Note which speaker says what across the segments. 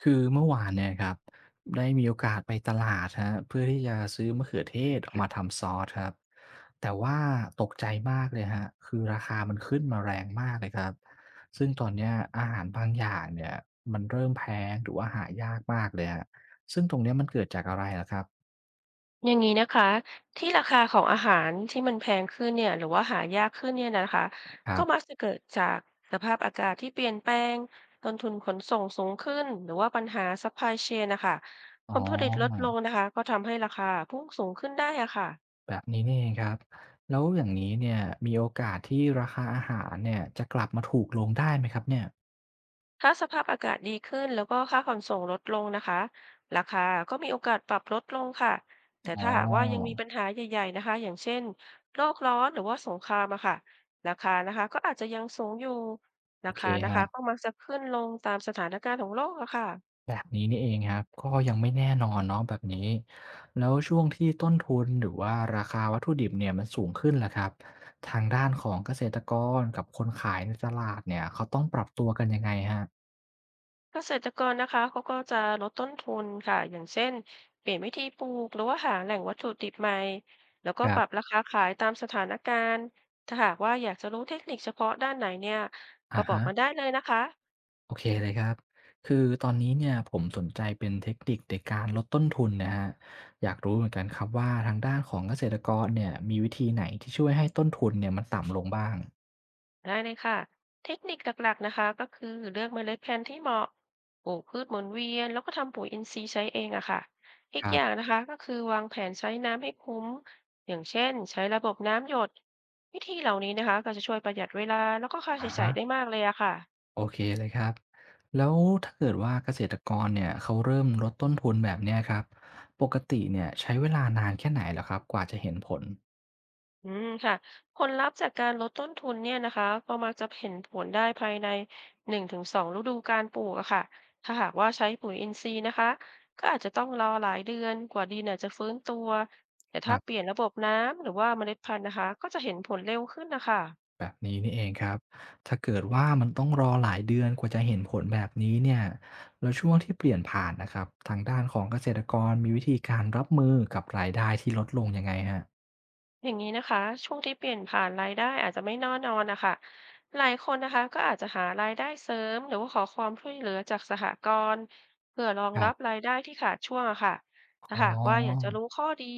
Speaker 1: คือเมื่อวานเนี่ยครับได้มีโอกาสไปตลาดคะเพื่อที่จะซื้อมะเขือเทศเอามาทำซอสครับแต่ว่าตกใจมากเลยคะคือราคามันขึ้นมาแรงมากเลยครับซึ่งตอนเนี้ยอาหารบางอย่างเนี่ยมันเริ่มแพงหรือว่าหายากมากเลยฮะซึ่งตรงเนี้ยมันเกิดจากอะไรล่ะครับ
Speaker 2: อย่างนี้นะคะที่ราคาของอาหารที่มันแพงขึ้นเนี่ยหรือว่าหายากขึ้นเนี่ยนะคะ
Speaker 1: ครั
Speaker 2: ก็มัก
Speaker 1: บ
Speaker 2: จะเกิดจากสภาพอากาศที่เปลี่ยนแปลงต้นทุนขนส่งสูงขึ้นหรือว่าปัญหาซัพพลายเชนนะคะ
Speaker 1: อ๋
Speaker 2: ผ
Speaker 1: อ
Speaker 2: ลผลิตลดลงนะคะก็ทำให้ราคาพุ่งสูงขึ้นได้อะค่ะ
Speaker 1: แบบนี้นี่เองครับแล้วอย่างนี้เนี่ยมีโอกาสที่ราคาอาหารเนี่ยจะกลับมาถูกลงได้ไหมครับเนี่ย
Speaker 2: ถ้าสภาพอากาศดีขึ้นแล้วก็ค่าขนส่งลดลงนะคะราคาก็มีโอกาสปรับลดลงค่ะแต่
Speaker 1: อ๋อ
Speaker 2: ถ้าหากว่ายังมีปัญหาใหญ่ๆนะคะอย่างเช่นโลกร้อนหรือว่าสงครามอะค่ะราคานะคะก็อาจจะยังสูงอยู่
Speaker 1: โอ
Speaker 2: รา
Speaker 1: เค
Speaker 2: คา
Speaker 1: ค
Speaker 2: นะ
Speaker 1: รั
Speaker 2: คะก็มักจะขึ้นลงตามสถานการณ์ของโลกอะค่ะ
Speaker 1: แบบนี้นี่เองครับก็ยังไม่แน่นอนเนาะแบบนี้แล้วช่วงที่ต้นทุนหรือว่าราคาวัตถุดิบเนี่ยมันสูงขึ้นล่ะครับทางด้านของเกษตรกรกับคนขายในตลาดเนี่ยเขาต้องปรับตัวกันยังไงฮรั
Speaker 2: เกษตรกรนะคะเขาก็จะลดต้นทุนค่ะอย่างเช่นเปลี่ยนวิธีปลูกหรือว่าหาแหล่งวัตถุดิบใหม่แล้วก็
Speaker 1: ครั
Speaker 2: ปรับ
Speaker 1: บ
Speaker 2: ราคาขายตามสถานการณ์ถ้าหากว่าอยากจะรู้เทคนิคเฉพาะด้านไหนเนี่ยก็
Speaker 1: อะ
Speaker 2: บอ
Speaker 1: ฮะ
Speaker 2: กมาได้เลยนะคะ
Speaker 1: โอเคเลยครับคือตอนนี้เนี่ยผมสนใจเป็นเทคนิคในการลดต้นทุนนะฮะอยากรู้เหมือนกันครับว่าทางด้านของเกษตรกรเนี่ยมีวิธีไหนที่ช่วยให้ต้นทุนเนี่ยมันต่ำลงบ้าง
Speaker 2: ได้เลยค่ะเทคนิคหลักๆนะคะก็คือเลือกเมล็ดพันธุ์ที่เหมาะปลูกพืชหมุนเวียนแล้วก็ทำปุ๋ยอินทรีย์ใช้เองอะค่ะอี
Speaker 1: ค
Speaker 2: ก
Speaker 1: รั
Speaker 2: อย่าง
Speaker 1: บ
Speaker 2: นะคะก็คือวางแผนใช้น้ำให้คุ้มอย่างเช่นใช้ระบบน้ำหยดวิธีเหล่านี้นะคะก็จะช่วยประหยัดเวลาแล้วก็ค่า
Speaker 1: อะ
Speaker 2: ใช้จ่า
Speaker 1: ฮะ
Speaker 2: ยได้มากเลยอะค่ะ
Speaker 1: โอเคเลยครับแล้วถ้าเกิดว่าเกษตรกรเนี่ยเขาเริ่มลดต้นทุนแบบเนี้ยครับปกติเนี่ยใช้เวลานานแค่ไหนเหรอครับกว่าจะเห็นผล
Speaker 2: อืมค่ะผลลัพธ์จากการลดต้นทุนเนี่ยนะคะก็มักจะเห็นผลได้ภายใน1 ถึง 2ฤดูการปลูกอะค่ะถ้าหากว่าใช้ปุ๋ยอินทรีย์นะคะก็อาจจะต้องรอหลายเดือนกว่าดินอาจจะฟื้นตัวแต่
Speaker 1: ค
Speaker 2: ถ้า
Speaker 1: รั
Speaker 2: เปลี่ย
Speaker 1: บ
Speaker 2: นระบบน้ำหรือว่าเมล็ดพันธุ์นะคะก็จะเห็นผลเร็วขึ้นนะคะ
Speaker 1: แบบนี้นี่เองครับถ้าเกิดว่ามันต้องรอหลายเดือนกว่าจะเห็นผลแบบนี้เนี่ยแล้วช่วงที่เปลี่ยนผ่านนะครับทางด้านของเกษตรกรมีวิธีการรับมือกับรายได้ที่ลดลงยังไงฮะ
Speaker 2: อย่างนี้นะคะช่วงที่เปลี่ยนผ่านรายได้อาจจะไม่แน่นอนนะคะหลายคนนะคะก็อาจจะหารายได้เสริมหรือว่าขอความช่วยเหลือจากสหกรณ์เพื่อรอง
Speaker 1: ครั
Speaker 2: รั
Speaker 1: บ
Speaker 2: บรายได้ที่ขาดช่วงอะค่ะถ้า
Speaker 1: อ๋อ
Speaker 2: หากว่าอยากจะรู้ข้อดี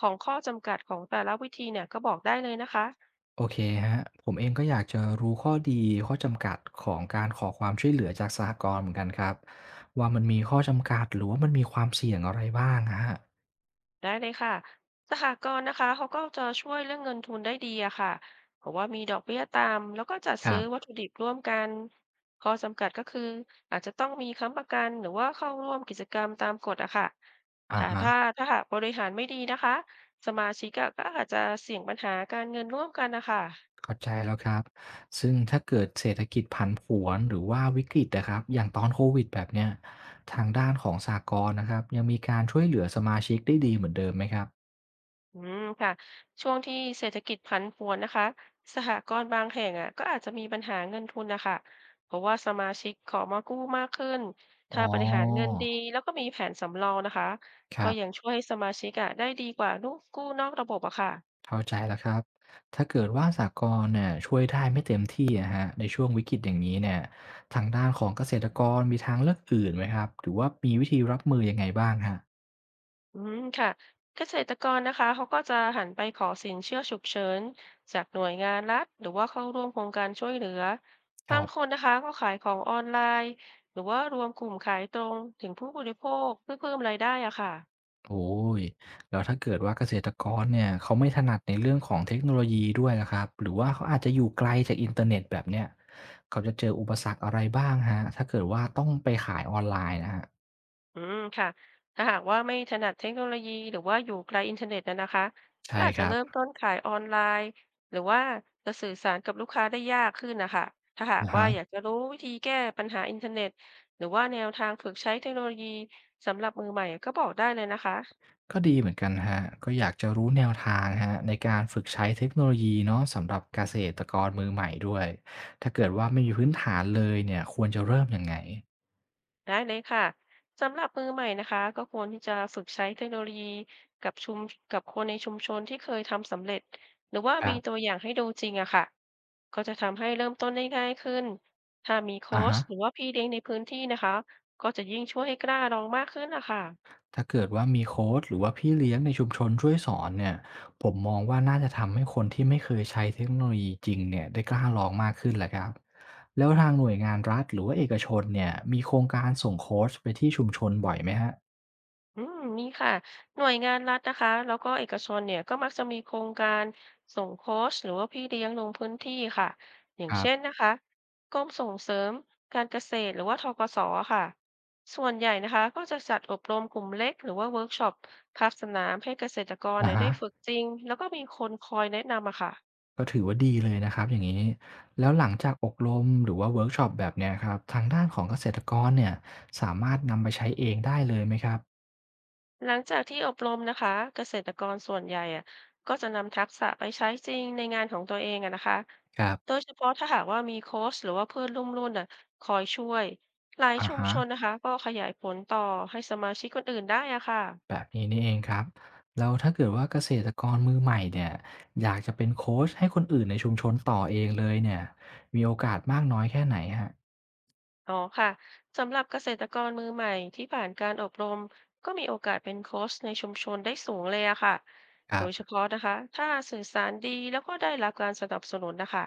Speaker 2: ของข้อจำกัดของแต่ละวิธีเนี่ยก็บอกได้เลยนะคะ
Speaker 1: โอเคฮะผมเองก็อยากจะรู้ข้อดีข้อจำกัดของการขอความช่วยเหลือจากสหกรณ์เหมือนกันครับว่ามันมีข้อจำกัดหรือว่ามันมีความเสี่ยงอะไรบ้างอะครับ
Speaker 2: ได้เลยค่ะสหกรณ์นะคะเขาก็จะช่วยเรื่องเงินทุนได้ดีอะค่ะ เพราะว่ามีดอกเบี้ยต่ำแล้วก็จัด
Speaker 1: ครั
Speaker 2: ซื้อวัต
Speaker 1: บ
Speaker 2: ถุดิบร่วมกันข้อจำกัดก็คืออาจจะต้องมีค้ำประกันหรือว่าเข้าร่วมกิจกรรมตามกฎอะค่ะ
Speaker 1: อะ
Speaker 2: ค่
Speaker 1: ฮะ
Speaker 2: ถ้าถ้าหากบริหารไม่ดีนะคะสมาชิกอะก็อาจจะเสี่ยงปัญหาการเงินร่วมกันนะคะ
Speaker 1: เข้าใจแล้วครับซึ่งถ้าเกิดเศรษฐกิจผันผวนหรือว่าวิกฤตนะครับอย่างตอนโควิดแบบเนี้ยทางด้านของสหกรณ์นะครับยังมีการช่วยเหลือสมาชิกได้ดีเหมือนเดิมไหมครับ
Speaker 2: อืมค่ะช่วงที่เศรษฐกิจผันผวนนะคะสหกรณ์บางแห่งอ่ะก็อาจจะมีปัญหาเงินทุนนะคะเพราะว่าสมาชิกขอมากู้มากขึ้น
Speaker 1: อ๋อ
Speaker 2: ถ้าบริหารเงินดีแล้วก็มีแผนสำรองนะคะ
Speaker 1: ค
Speaker 2: ก็
Speaker 1: รับ
Speaker 2: ยังช่วยให้สมาชิกอ่ะได้ดีกว่าลูกกู้นอกระบบอะค่ะ
Speaker 1: เข้าใจแล้วครับถ้าเกิดว่าสากลเนี่ยช่วยได้ไม่เต็มที่อะฮะในช่วงวิกฤตอย่างนี้เนี่ยทางด้านของเกษตรกรมีทางเลือกอื่นไหมครับ หรือว่ามีวิธีรับมือยังไงบ้างฮะ
Speaker 2: อืมค่ะเกษตรกรนะคะเขาก็จะหันไปขอสินเชื่อฉุกเฉินจากหน่วยงานรัฐหรือว่าเข้าร่วมโครงการช่วยเหลือ
Speaker 1: ค
Speaker 2: บา
Speaker 1: รั
Speaker 2: งค
Speaker 1: บ
Speaker 2: นนะคะก็ขายของออนไลน์หรือว่ารวมกลุ่มขายตรงถึงผู้บริโภคเพื่อเพิ่มรายได้อะค่ะ
Speaker 1: โอ้ย แล้วถ้าเกิดว่าเกษตรกรเนี่ยเขาไม่ถนัดในเรื่องของเทคโนโลยีด้วยนะครับหรือว่าเขาอาจจะอยู่ไกลจากอินเทอร์เน็ตแบบเนี้ยเขาจะเจออุปสรรคอะไรบ้างฮะถ้าเกิดว่าต้องไปขายออนไลน์นะฮะ
Speaker 2: อืมค่ะถ้าหากว่าไม่ถนัดเทคโนโลยีหรือว่าอยู่ไกลอินเทอร์เน็ตอะนะคะก็
Speaker 1: ใช่
Speaker 2: อาจ
Speaker 1: ค
Speaker 2: จะ
Speaker 1: รับ
Speaker 2: เริ่มต้นขายออนไลน์หรือว่าจะสื่อสารกับลูกค้าได้ยากขึ้นนะคะถ้าหา
Speaker 1: อา
Speaker 2: กว่า
Speaker 1: ฮะ
Speaker 2: อยากจะรู้วิธีแก้ปัญหาอินเทอร์เน็ตหรือว่าแนวทางฝึกใช้เทคโนโลยีสำหรับมือใหม่ก็บอกได้เลยนะคะ
Speaker 1: ก็ดีเหมือนกันคะก็อยากจะรู้แนวทางฮะในการฝึกใช้เทคโนโลยีเนาะสำหรับเกษตรกรมือใหม่ด้วยถ้าเกิดว่าไม่มีพื้นฐานเลยเนี่ยควรจะเริ่มยังไง
Speaker 2: ได้เลยค่ะสำหรับมือใหม่นะคะก็ควรที่จะฝึกใช้เทคโนโลยีกับชุมกับคนในชุมชนที่เคยทำสำเร็จหรือว่า
Speaker 1: ครั
Speaker 2: มีตั
Speaker 1: บ
Speaker 2: วอย่างให้ดูจริงอะค่ะก็จะทำให้เริ่มต้นได้ง่ายขึ้นถ้ามีโค้
Speaker 1: อะ
Speaker 2: ช
Speaker 1: ฮะ
Speaker 2: หรือว่าพี่เลี้ยงในพื้นที่นะคะก็จะยิ่งช่วยให้กล้าลองมากขึ้นนะคะ
Speaker 1: ถ้าเกิดว่ามีโค้ชหรือว่าพี่เลี้ยงในชุมชนช่วยสอนเนี่ยผมมองว่าน่าจะทำให้คนที่ไม่เคยใช้เทคโนโลยีจริงเนี่ยได้กล้าลองมากขึ้นแหละครับ แล้วทางหน่วยงานรัฐหรือว่าเอกชนเนี่ยมีโครงการส่งโค้ชไปที่ชุมชนบ่อยไหมฮะ
Speaker 2: อืมมีค่ะหน่วยงานรัฐนะคะแล้วก็เอกชนเนี่ยก็มักจะมีโครงการส่งโค้ชหรือว่าพี่เลี้ยงลงพื้นที่ค่ะอย่า
Speaker 1: ค
Speaker 2: ง
Speaker 1: รั
Speaker 2: เช่น
Speaker 1: บ
Speaker 2: นะคะกรมส่งเสริมการเกษตรหรือว่าทกสค่ะส่วนใหญ่นะคะก็จะจัดอบรมกลุ่มเล็กหรือว่าเวิร์กช็อปภาคสนามให้เกษตรกร
Speaker 1: อะ
Speaker 2: เนี่ย
Speaker 1: ฮะ
Speaker 2: ได้ฝึกจริงแล้วก็มีคนคอยแนะนำอะค่ะ
Speaker 1: ก็ถือว่าดีเลยนะครับอย่างนี้แล้วหลังจากอบรมหรือว่าเวิร์กช็อปแบบเนี้ยครับทางด้านของเกษตรกรเนี่ยสามารถนำไปใช้เองได้เลยไหมครับ
Speaker 2: หลังจากที่อบรมนะคะเกษตรกรส่วนใหญ่อะก็จะนำทักษะไปใช้จริงในงานของตัวเองอะนะคะ
Speaker 1: ครับ
Speaker 2: โดยเฉพาะถ้าหากว่ามีโค้ชหรือว่าเพื่อนร่วมรุ่นอะคอยช่วยหลาย
Speaker 1: อะ
Speaker 2: ชุม
Speaker 1: ฮะ
Speaker 2: ชนนะคะก็ขยายผลต่อให้สมาชิกคนอื่นได้อะค่ะ
Speaker 1: แบบนี้นี่เองครับแล้วถ้าเกิดว่าเกษตรกรมือใหม่เนี่ยอยากจะเป็นโคชให้คนอื่นในชุมชนต่อเองเลยเนี่ยมีโอกาสมากน้อยแค่ไหนฮะ
Speaker 2: อ๋อค่ะสำหรับเกษตรกรมือใหม่ที่ผ่านการอบรมก็มีโอกาสเป็นโค้ชในชุมชนได้สูงเลยอะค่ะ
Speaker 1: ค
Speaker 2: โดยเฉ
Speaker 1: รับ
Speaker 2: พาะนะคะถ้าสื่อสารดีแล้วก็ได้รับการสนับสนุนนะคะ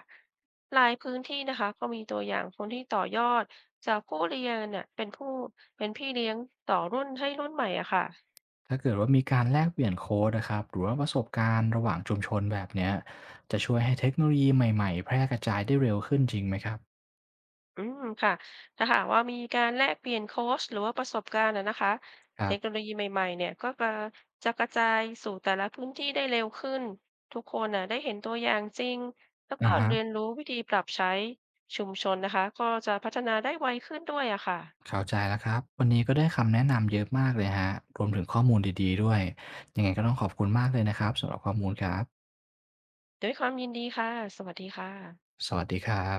Speaker 2: หลายพื้นที่นะคะก็มีตัวอย่างคนที่ต่อยอดจากผู้เรียนเนี่ยเป็นพี่เลี้ยงต่อรุ่นให้รุ่นใหม่อะค่ะ
Speaker 1: ถ้าเกิดว่ามีการแลกเปลี่ยนโค้ดนะครับหรือว่าประสบการณ์ระหว่างชุมชนแบบเนี้ยจะช่วยให้เทคโนโลยีใหม่ๆแพร่กระจายได้เร็วขึ้นจริงไหมครับ
Speaker 2: อืมค่ะถ้าหากว่ามีการแลกเปลี่ยนโค้ชหรือว่าประสบการณ์นะคะ
Speaker 1: ค
Speaker 2: เท
Speaker 1: รับ
Speaker 2: คโนโลยีใหม่ๆเนี่ยก็จะกระจายสู่แต่ละพื้นที่ได้เร็วขึ้นทุกคนน่ะได้เห็นตัวอย่างจริงแล้วก็
Speaker 1: อะฮะ
Speaker 2: เรียนรู้วิธีปรับใช้ชุมชนนะคะก็จะพัฒนาได้ไวขึ้นด้วยอะค่ะ
Speaker 1: เข้าใจแล้วครับ วันนี้ก็ได้คำแนะนำเยอะมากเลยฮะ รวมถึงข้อมูลดีๆด้วยยังไงก็ต้องขอบคุณมากเลยนะครับสำหรับข้อมูลครับ
Speaker 2: ด้วยความยินดีค่ะสวัสดีค่ะ
Speaker 1: สวัสดีครับ